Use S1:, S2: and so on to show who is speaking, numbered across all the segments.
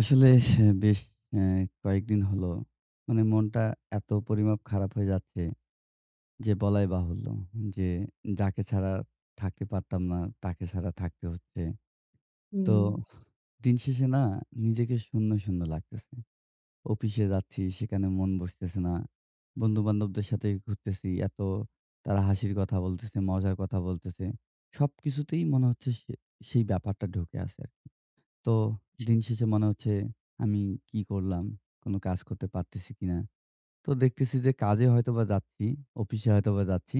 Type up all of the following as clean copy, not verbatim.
S1: আসলে বেশ অ্যা কয়েকদিন হলো মানে মনটা এত পরিমাপ খারাপ হয়ে যাচ্ছে যে বলাই বাহুল্য যে যাকে ছাড়া থাকতে পারতাম না তাকে ছাড়া থাকতে হচ্ছে। তো
S2: হুম,
S1: দিন শেষে না নিজেকে শূন্য, শূন্য লাগতেছে। অফিসে যাচ্ছি সেখানে মন বসতেছে না। বন্ধু-বান্ধবদের সাথে ঘুরতেছি এত তারা হাসির কথা বলতেছে, মজার কথা বলতেছে। সবকিছুতেই মনে হচ্ছে সেই ব্যাপারটা ঢুকে আছে আরকি। তো দিন শেষে মনে হচ্ছে আমি কি করলাম? কোন কাজ করতে পারতেছি কিনা? তো দেখতেছি যে কাজে হয়তোবা যাচ্ছি, অফিসে হয়তোবা যাচ্ছি।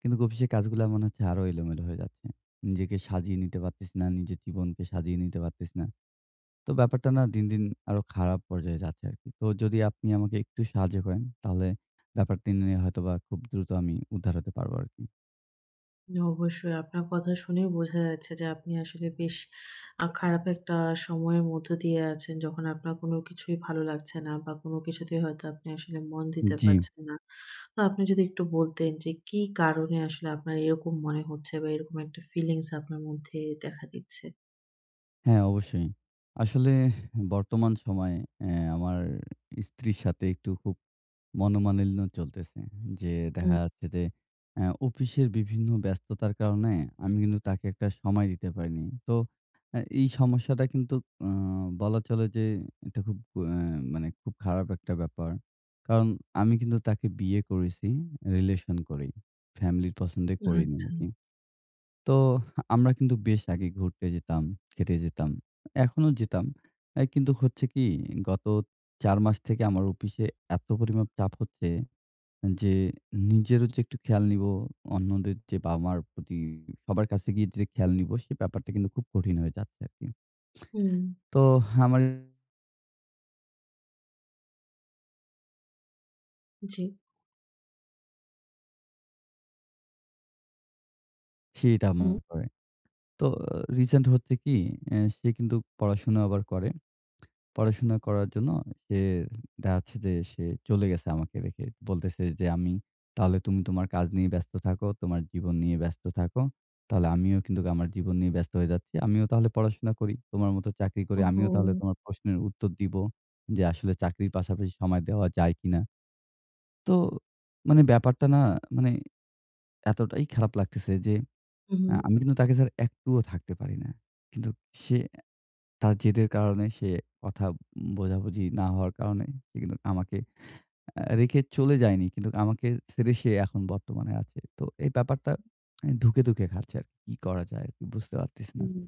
S1: কিন্তু অফিসের কাজগুলা মনে হচ্ছে আরো এলোমেলো হয়ে যাচ্ছে। নিজেকে সাজিয়ে নিতে পারতেছি না, নিজের জীবনকে সাজিয়ে নিতে পারতেছি না। তো ব্যাপারটা না দিন, দিন আরো খারাপ পর্যায়ে যাচ্ছে আরকি। তো যদি আপনি আমাকে একটু সাহায্য করেন তাহলে ব্যাপারটি নিয়ে হয়তোবা খুব দ্রুত আমি উদ্ধার হতে পারবো আরকি।
S2: অবশ্যই আপনার কথা শুনেই বোঝা যাচ্ছে যে আপনি আসলে বেশ খারাপ একটা সময়ের মধ্য দিয়ে আছেন। যখন আপনার কোনো কিছুই ভালো লাগছে না বা কোনো কিছুতেই হয়তো আপনি আসলে মন দিতে
S1: জি,
S2: পারছেন না। তো আপনি যদি একটু বলতেন যে কি কারণে আসলে আপনার এরকম মনে হচ্ছে বা এরকম একটা ফিলিংস আপনার মধ্যে দেখা দিচ্ছে?
S1: হ্যাঁ অবশ্যই। আসলে বর্তমান সময়ে আমার স্ত্রীর সাথে একটু খুব মনোমালিন্য চলতেছে। যে
S2: হুম,
S1: দেখা যাচ্ছে যে অফিসের বিভিন্ন ব্যস্ততার কারণে আমি কিন্তু তাকে একটা সময় দিতে পারিনি। তো এই সমস্যাটা কিন্তু আ বলা চলে যে এটা খুব অ্যা মানে খুব খারাপ একটা ব্যাপার। কারণ আমি কিন্তু তাকে বিয়ে করেছি রিলেশন করেই। ফ্যামিলির পছন্দে করিনি
S2: আচ্ছা।
S1: আরকি। তো আমরা কিন্তু বেশ আগে ঘুরতে যেতাম, খেতে যেতাম। এখনো যেতাম। কিন্তু হচ্ছে কি গত ৪ মাস থেকে আমার অফিসে এত পরিমাণ চাপ হচ্ছে যে নিজেরও যে একটু খেয়াল নিবো, অন্যদের যে বাবা-মার প্রতি সবার কাছে গিয়ে যে খেয়াল নিবো, সে ব্যাপারটা কিন্তু খুব কঠিন হয়ে যাচ্ছে আরকি।
S2: হুম,
S1: তো আমার
S2: জি।
S1: সেটা
S2: হুম,
S1: মনে পড়ে। তো রিসেন্ট হচ্ছে কি, সে কিন্তু পড়াশোনা আবার করে। পড়াশোনা করার জন্য সে দেখা যাচ্ছে যে সে চলে গেছে আমাকে রেখে। বলতেছে যে, "আমি তাহলে তুমি তোমার কাজ নিয়ে ব্যস্ত থাকো, তোমার জীবন নিয়ে ব্যস্ত থাকো। তাহলে আমিও কিন্তু আমার জীবন নিয়ে ব্যস্ত হয়ে যাচ্ছি। আমিও তাহলে পড়াশোনা করি। তোমার মতো চাকরি করি।
S2: ওহো!
S1: আমিও তাহলে তোমার প্রশ্নের উত্তর দিব যে আসলে চাকরির পাশাপাশি সময় দেওয়া যায় কিনা?" তো মানে ব্যাপারটা না মানে এতটাই খারাপ লাগতেছে যে
S2: হুম,
S1: আমি কিন্তু তাকে ছাড়া একটুও থাকতে পারি না। কিন্তু সে তার জেদের কারণে সে কথা বোঝাবুঝি না হওয়ার কারণে সে কিন্তু আমাকে রেখে চলে যায়নি। কিন্তু আমাকে ছেড়ে সে এখন বর্তমানে আছে। তো এই ব্যাপারটা ধুঁকে, ধুঁকে খাচ্ছে আরকি। কি কি করা যায় আরকি বুঝতে পারতেছি না।
S2: হুম।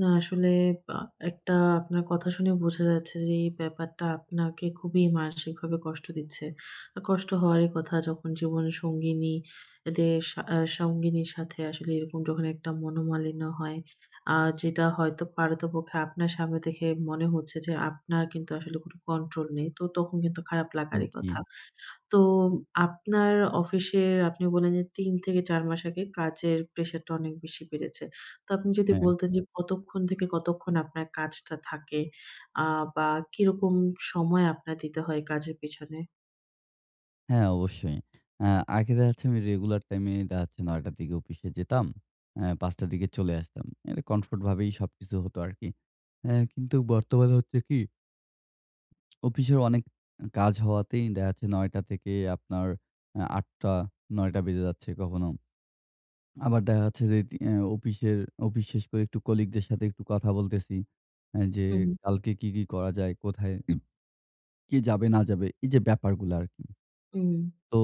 S2: না আসলে আ একটা আপনার কথা শুনে বোঝা যাচ্ছে যে এই ব্যাপারটা আপনাকে খুবই মানসিকভাবে কষ্ট দিচ্ছে। আর কষ্ট হওয়ারই কথা যখন জীবন সঙ্গিনী দের সা আ সঙ্গিনীর সাথে আসলে এরকম যখন একটা মনোমালিন্য হয়, যেটা হয়তো পারতপক্ষে আপনার সামনে দেখে মনে হচ্ছে যে আপনার কিন্তু আসলে কোনো কন্ট্রোল নেই। তো তখন কিন্তু খারাপ লাগারই
S1: জি,
S2: কথা। তো আপনার অফিসের আপনি বললেন যে ৩ থেকে ৪ মাস আগে কাজের প্রেশারটা অনেক বেশি বেড়েছে। তো আপনি যদি
S1: হ্যাঁ।
S2: বলতেন যে কতক্ষণ থেকে কতক্ষণ আপনার কাজটা থাকে? আ বা কিরকম সময় আপনার দিতে হয় কাজের পেছনে?
S1: হ্যাঁ, অবশ্যই। আ আগে দেখা যাচ্ছে আমি রেগুলার টাইমে দেখা যাচ্ছে ৯ টার দিকে অফিসে যেতাম। ৫ টার দিকে চলে আসতাম। এটা কমফোর্ট ভাবেই সবকিছু হতো আরকি। কিন্তু বর্তমানে হচ্ছে কি অফিসের অনেক কাজ হওয়াতেই দেখা যাচ্ছে ৯টা থেকে আপনার ৮টা ৯টা বেজে যাচ্ছে কখনো। আবার দেখা যাচ্ছে যে তি অ্যা অফিসের অফিস শেষ করে একটু কলিগদের সাথে একটু কথা বলতেছি। যে
S2: হু, হু।
S1: কালকে কি, কি করা যায়? কোথায় কে যাবে না যাবে? এই যে ব্যাপারগুলা আরকি।
S2: উম,
S1: তো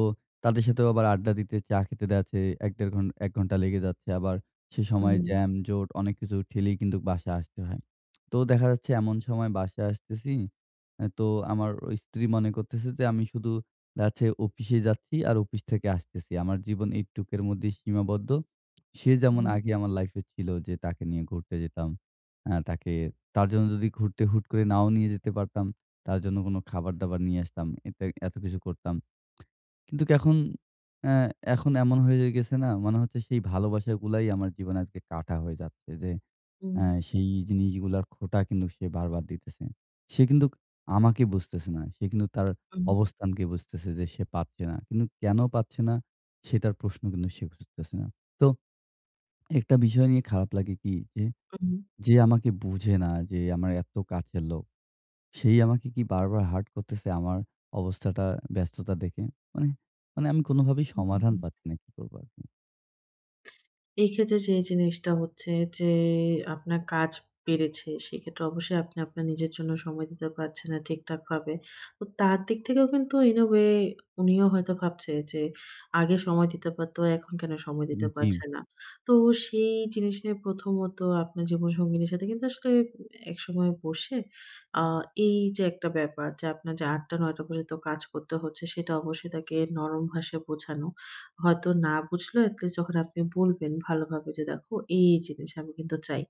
S1: তাদের সাথেও আবার আড্ডা দিতে, চা খেতে যাচ্ছে ১-১.৫ ঘন্টা ১ ঘন্টা লেগে যাচ্ছে। আবার সে সময়
S2: উম,
S1: জ্যাম, জোট অনেক কিছু ঠেলেই কিন্তু বাসায় আসতে হয়। তো দেখা যাচ্ছে এমন সময় বাসায় আসতেছি, তো আমার ও স্ত্রী মনে করতেছে যে আমি শুধু যাচ্ছে অফিসে যাচ্ছি আর অফিস থেকে আসতেছি। আমার জীবন এইটুকের মধ্যেই সীমাবদ্ধ। সে যেমন
S2: উহু,
S1: আগে আমার লাইফে ছিল যে তাকে নিয়ে ঘুরতে যেতাম। আ তাকে তার জন্য যদি ঘুরতে হুট করে নাও নিয়ে যেতে পারতাম, তার জন্য কোনো খাবার-দাবার নিয়ে আসতাম। এতে এত কিছু করতাম। কিন্তু এখন অ্যা এখন এমন হয়ে গেছে না, মনে হচ্ছে সেই ভালোবাসাগুলাই আমার জীবনে আজকে কাঁটা হয়ে যাচ্ছে যে,
S2: উম,
S1: সেই জিনিসগুলার খোঁটা কিন্তু সে বারবার দিতেছে। সে কিন্তু আমাকে বুঝতেছে না। সে কিন্তু তার
S2: উম,
S1: অবস্থানকে বুঝতেছে যে সে পাচ্ছে না। কিন্তু কেন পাচ্ছে না সেটার প্রশ্ন কিন্তু সে খুঁজতেছে না। তো একটা বিষয় নিয়ে খারাপ লাগে কি যে,
S2: উম, উম,
S1: যে আমাকে বুঝে না যে আমার এত কাছের লোক সেই আমাকে কি বারবার hurt করতেছে আমার অবস্থাটা, ব্যস্ততা দেখে। মানে মানে আমি কোনোভাবেই
S2: উম,
S1: সমাধান
S2: উম।
S1: পাচ্ছি না। কি করব আরকি?
S2: এই ক্ষেত্রে যে জিনিসটা হচ্ছে যে, আপনার কাজ বেড়েছে। সেক্ষেত্রে অবশ্যই আপনি আপনার নিজের জন্য সময় দিতে পারছেন না ঠিকঠাকভাবে। তো তার দিক থেকেও কিন্তু in a way উনিও হয়তো ভাবছে যে, আগে সময় দিতে পারতো, এখন কেন সময় দিতে
S1: জি,
S2: পারছে না। তো সেই জিনিস নিয়ে প্রথমত আপনার জীবনসঙ্গিনীর সাথে কিন্তু আসলে একসময় বসে আ এই যে একটা ব্যাপার যে, আপনার যে ৮ঃ০০ টা ৯ঃ০০ পর্যন্ত কাজ করতে হচ্ছে, সেটা অবশ্যই তাকে নরম ভাষায় বোঝানো। হয়তো না বুঝলেও at least যখন আপনি বলবেন ভালোভাবে যে, "দেখো এই, এই জিনিস আমি কিন্তু চাই।"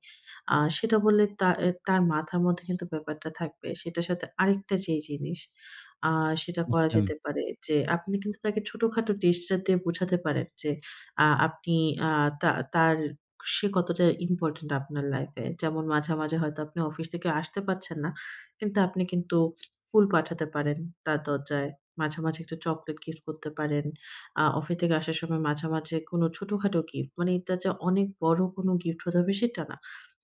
S2: সেটা বললে তা এ তার মাথার মধ্যে কিন্তু ব্যাপারটা থাকবে। সেটার সাথে আরেকটা যেই জিনিস আ সেটা করা
S1: আচ্ছা,
S2: যেতে পারে যে, আপনি কিন্তু তাকে ছোটখাটো জেস্চার দিয়ে বোঝাতে পারেন যে, আ আপনি আ তা তার সে কতটা ইম্পোর্টেন্ট আপনার লাইফে। যেমন মাঝে, মাঝে হয়তো আপনি অফিস থেকে আসতে পারছেন না। কিন্তু আপনি কিন্তু ফুল পাঠাতে পারেন তার দরজায়। মাঝে, মাঝে একটু চকোলেট গিফট করতে পারেন। অফিস থেকে আসার সময় মাঝামাঝি কোনো ছোটখাটো গিফট মানে এটা যে অনেক বড় কোনো গিফট হতে হবে সেটা না।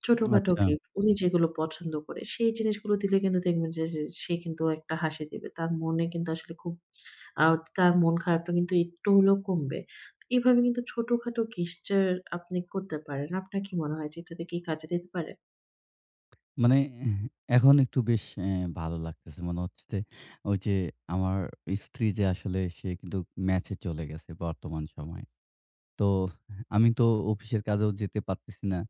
S2: ছোটখাটো
S1: আচ্ছা।
S2: গিফট উনি যেগুলো পছন্দ করে সেই জিনিসগুলো দিলে কিন্তু দেখবেন যে যে সে কিন্তু একটা হাসি দিবে। তার মনে কিন্তু আসলে খুব। আ তার মন খারাপটা কিন্তু একটু হলেও কমবে। এভাবে কিন্তু ছোটখাটো gesture আপনি করতে পারেন। আপনার কি মনে হয় যে এটাতে কি কাজে দিতে পারে?
S1: মানে এখন একটু বেশ ভালো লাগতেছে। মনে হচ্ছে যে, ওই যে আমার স্ত্রী যে আসলে সে কিন্তু ম্যাচে চলে গেছে বর্তমান সময়ে। তো আমি তো অফিসের কাজেও যেতে পারতেছি না।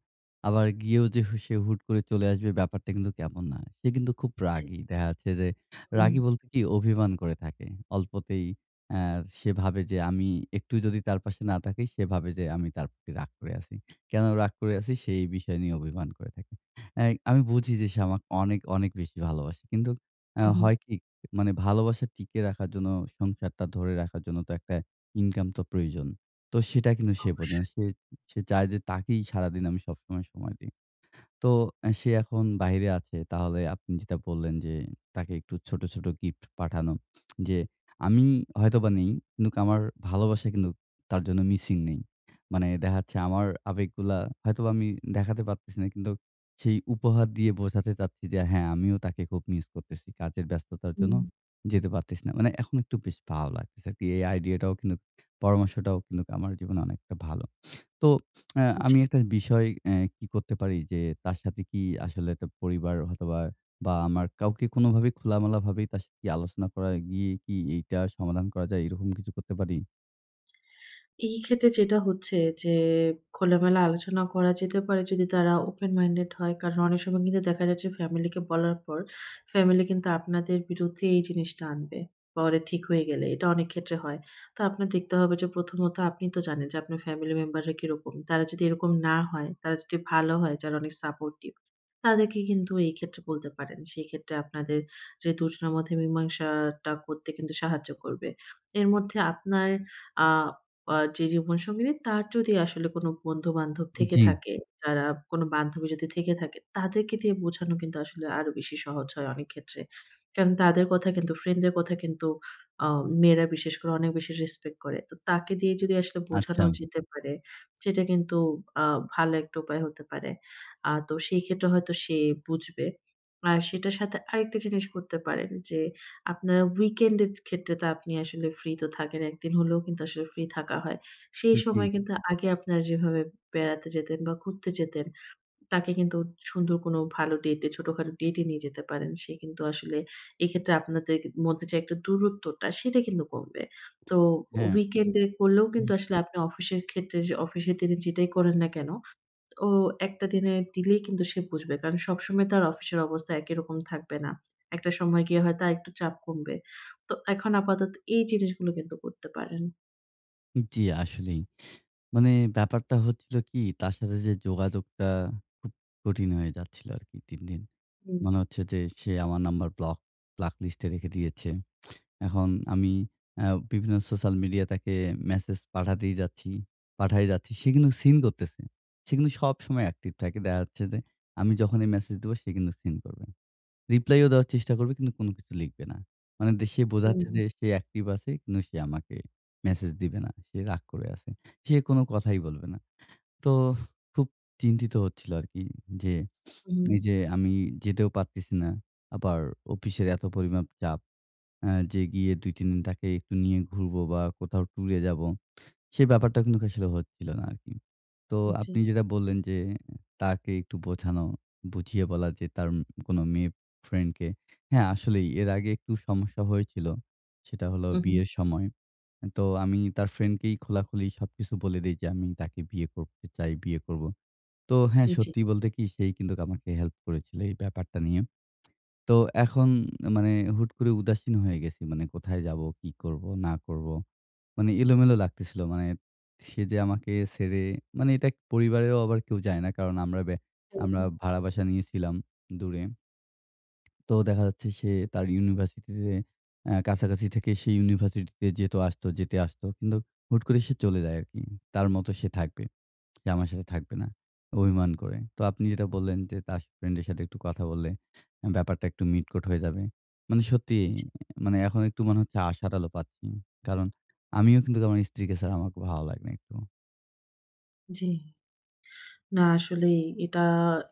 S1: আবার গিয়েও যে সে হুট করে চলে আসবে ব্যাপারটা কিন্তু কেমন না। সে কিন্তু খুব
S2: জি।
S1: রাগী। দেখা যাচ্ছে যে
S2: হুম,
S1: রাগী বলতে কি অভিমান করে থাকে। অল্পতেই অ্যা সে ভাবে যে আমি একটু যদি তার পাশে না থাকি সে ভাবে যে আমি তার প্রতি রাগ করে আছি। কেন রাগ করে আছি সে এই বিষয় নিয়ে অভিমান করে থাকে। অ্যা আমি বুঝি যে সে আমাকে অনেক, অনেক বেশি ভালোবাসে। কিন্তু
S2: হুম, হুম।
S1: হয় কি মানে ভালোবাসা টিকিয়ে রাখার জন্য সংসারটা ধরে রাখার জন্য তো একটা ইনকাম তো প্রয়োজন। তো সেটা কিন্তু সে বোঝে না।
S2: অবশ্যই।
S1: সে চায় যে তাকেই সারাদিন আমি সবসময় সময় দিই। তো সে এখন বাহিরে আছে। তাহলে আপনি যেটা বললেন যে, তাকে একটু ছোট, ছোট গিফট পাঠানো। যে আমি হয়তোবা নেই, কিন্তুক আমার ভালোবাসা কিন্তু তার জন্য মিসিং নেই। মানে দেখা যাচ্ছে আমার আবেগগুলা হয়তোবা আমি দেখাতে পারতেছি না। কিন্তু সেই উপহার দিয়ে বোঝাতে চাচ্ছি যে হ্যাঁ, আমিও তাকে খুব মিস করতেছি। কাজের ব্যস্ততার
S2: হুম,
S1: জন্য যেতে পারতেছি না। মানে এখন একটু বেশ ভালো লাগতেছে আরকি। এই আইডিয়াটাও কিন্তুক পরামর্শটাও কিন্তুক আমার জীবনে অনেকটা ভালো। তো আ
S2: জি।
S1: আমি একটা বিষয় কি করতে পারি যে তার সাথে কি আসলে তো পরিবার হয়তোবা বা আমার কাউকে কোনোভাবে খোলামেলাভাবেই তার সাথে কি আলোচনা করা গিয়ে কি এইটা সমাধান করা যায় এরকম কিছু করতে পারি?
S2: এই ক্ষেত্রে যেটা হচ্ছে যে খোলামেলা আলোচনা করা যেতে পারে যদি তারা ওপেন মাইন্ডেড হয়। কারণ অনেক সময় কিন্তু দেখা যাচ্ছে ফ্যামিলিকে বলার পর ফ্যামিলি কিন্তু আপনাদের বিরুদ্ধে এই জিনিসটা আনবে। পরে ঠিক হয়ে গেলে এটা অনেক ক্ষেত্রে হয়। তো আপনার দেখতে হবে যে প্রথমত আপনি তো জানেন যে আপনার ফ্যামিলি মেম্বাররা কিরকম। তারা যদি এরকম না হয়, তারা যদি ভালো হয় যারা অনেক সাপোর্টিভ তাদেরকে কিন্তু এই ক্ষেত্রে বলতে পারেন। সেক্ষেত্রে আপনাদের যে দুজনের মধ্যে মীমাংসাটা করতে কিন্তু সাহায্য করবে। এর মধ্যে আপনার আ আ যে জীবনসঙ্গিনী তার যদি আসলে কোনো বন্ধু-বান্ধব থেকে
S1: জি,
S2: থাকে, যারা কোনো বান্ধবী যদি থেকে থাকে, তাদেরকে দিয়ে বোঝানো কিন্তু আসলে আরো বেশি সহজ হয় অনেক ক্ষেত্রে। কারণ তাদের কথা কিন্তু ফ্রেন্ডদের কথা কিন্তু আ মেয়েরা বিশেষ করে অনেক বেশি রেসপেক্ট করে। তো তাকে দিয়ে যদি আসলে বোঝানো
S1: আচ্ছা।
S2: যেতে পারে, সেটা কিন্তু আ ভালো একটা উপায় হতে পারে। তো সেই ক্ষেত্রে হয়তো সে বুঝবে। আর সেটার সাথে আরেকটা জিনিস করতে পারেন যে আপনার weekend এর ক্ষেত্রে তো আপনি আসলে ফ্রি তো থাকেন। একদিন হলেও কিন্তু আসলে ফ্রি থাকা হয়। সেই
S1: জি,
S2: সময় কিন্তু আগে আপনারা যেভাবে বেড়াতে যেতেন বা ঘুরতে যেতেন, তাকে কিন্তু সুন্দর কোনো ভালো ডেটে ছোটখাটো ডেটে নিয়ে যেতে পারেন। সে কিন্তু আসলে এক্ষেত্রে আপনাদের মধ্যে যে একটা দূরত্বটা, সেটা কিন্তু কমবে। তো
S1: হ্যাঁ।
S2: weekend এ করলেও কিন্তু
S1: উম
S2: আসলে আপনি অফিসের ক্ষেত্রে যে অফিসের দিনে যেটাই করেন না কেন ও একটা দিনে দিলেই কিন্তু সে বুঝবে। কারণ সবসময় তার অফিসের অবস্থা একই রকম থাকবে না। একটা সময় গিয়ে হয়তো আরেকটু চাপ কমবে। তো এখন আপাতত এই জিনিসগুলো কিন্তু করতে পারেন।
S1: জি, আসলেই। মানে ব্যাপারটা হচ্ছিল কি তার সাথে যে যোগাযোগটা খুব কঠিন হয়ে যাচ্ছিল আরকি দিন, দিন।
S2: হুম,
S1: মনে হচ্ছে যে সে আমার নাম্বার ব্লক ব্লক লিস্টে রেখে দিয়েছে। এখন আমি আ বিভিন্ন সোশ্যাল মিডিয়া তাকে মেসেজ পাঠাতেই যাচ্ছি, পাঠায়ে যাচ্ছি। সে কিন্তু সিন করতেছে। সে কিন্তু সবসময় অ্যাক্টিভ থাকে। দেখা যাচ্ছে যে আমি যখনই মেসেজ দেবো সে কিন্তু সিন করবে। রিপ্লাইও দেওয়ার চেষ্টা করবে কিন্তু কোনো কিছু লিখবে না। মানে সে
S2: হুম,
S1: বোঝাচ্ছে যে সে অ্যাক্টিভ আছে কিন্তু সে আমাকে মেসেজ দিবে না। সে রাগ করে আছে। সে কোনো কথাই বলবে না। তো খুব চিন্তিত হচ্ছিল আরকি যে
S2: হুম,
S1: এই যে আমি যেতেও পারতেছি না। আবার অফিসের এত পরিমাণ চাপ যে গিয়ে ২-৩ দিন তাকে একটু নিয়ে ঘুরবো বা কোথাও ট্যুরে যাবো। সে ব্যাপারটা কিন্তু আসলে হচ্ছিল না আরকি। তো
S2: জি,
S1: আপনি যেটা বললেন যে তাকে একটু বোঝানো, বুঝিয়ে বলা যে তার কোনো মেয়ে ফ্রেন্ডকে হ্যাঁ, আসলেই এর আগে একটু সমস্যা হয়েছিল। সেটা হলো
S2: উহু,
S1: বিয়ের সময়। তো আমি তার ফ্রেন্ডকেই খোলাখুলি সবকিছু বলে দেই যে আমি তাকে বিয়ে করতে চাই, বিয়ে করব। তো হ্যাঁ,
S2: জি,
S1: সত্যি বলতে কি সেই কিন্তু আমাকে হেল্প করেছিল এই ব্যাপারটা নিয়ে। তো এখন মানে হুট করে উদাসীন হয়ে গেছি। মানে কোথায় যাব, কি করব, না করব। মানে এলোমেলো লাগতেছিল। মানে সে যে আমাকে ছেড়ে মানে এটা পরিবারেরও আবার কেউ যায় না। কারণ আমরা
S2: হ্যাঁ,
S1: ভাড়া বাসা নিয়েছিলাম দূরে। তো দেখা যাচ্ছে সে তার ইউনিভার্সিটিতে কাছাকাছি থেকে সে ইউনিভার্সিটিতে যেতে আসতো। কিন্তু হুট করে সে চলে যায় আরকি। তার মতো সে থাকবে। যে আমার সাথে থাকবে না। অভিমান করে। তো আপনি যেটা বললেন যে তার ফ্রেন্ডের সাথে একটু কথা বললে ব্যাপারটা একটু মিটকুট হয়ে যাবে। মানে সত্যি
S2: জি,
S1: মানে এখন একটু মনে হচ্ছে আশার আলো পাচ্ছি। কারণ আমিও কিন্তু আমার স্ত্রীকে ছাড়া আমাকে ভালো লাগে না একটু।
S2: জি। না আসলেই এটা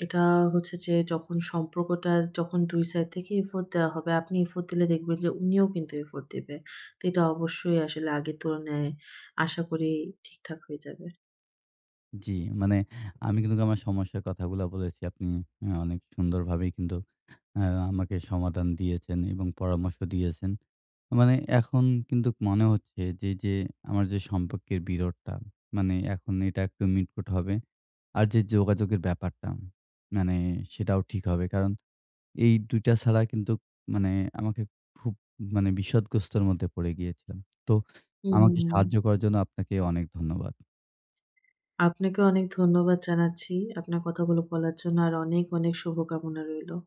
S2: এটা হচ্ছে যে যখন সম্পর্কটা যখন ২ সাইড থেকে এফোর্ট দেওয়া হবে, আপনি এফোর্ট দিলে দেখবেন যে উনিও কিন্তু এফোর্ট দিবে। তো এটা অবশ্যই আসলে আগের তুলনায় আশা করি ঠিকঠাক হয়ে যাবে।
S1: জি, মানে আমি কিন্তু আমার সমস্যার কথাগুলা বলেছি। আপনি অনেক সুন্দরভাবেই কিন্তু আ আমাকে সমাধান দিয়েছেন এবং পরামর্শ দিয়েছেন। মানে এখন কিন্তু মনে হচ্ছে যে, যে আমার যে সম্পর্কের বিরোধটা, মানে এখন এটা একটু মিটকুট হবে। আর যে যোগাযোগের ব্যাপারটা, মানে সেটাও ঠিক হবে। কারণ এই ২ টা ছাড়া কিন্তু মানে আমাকে খুব মানে বিষাদগ্রস্তর মধ্যে পড়ে গিয়েছিলাম। তো আমাকে
S2: হুম।
S1: সাহায্য করার জন্য আপনাকে অনেক ধন্যবাদ।
S2: আপনাকে অনেক ধন্যবাদ জানাচ্ছি। আপনার কথাগুলো বলার জন্য আর অনেক অনেক শুভকামনা রইলো।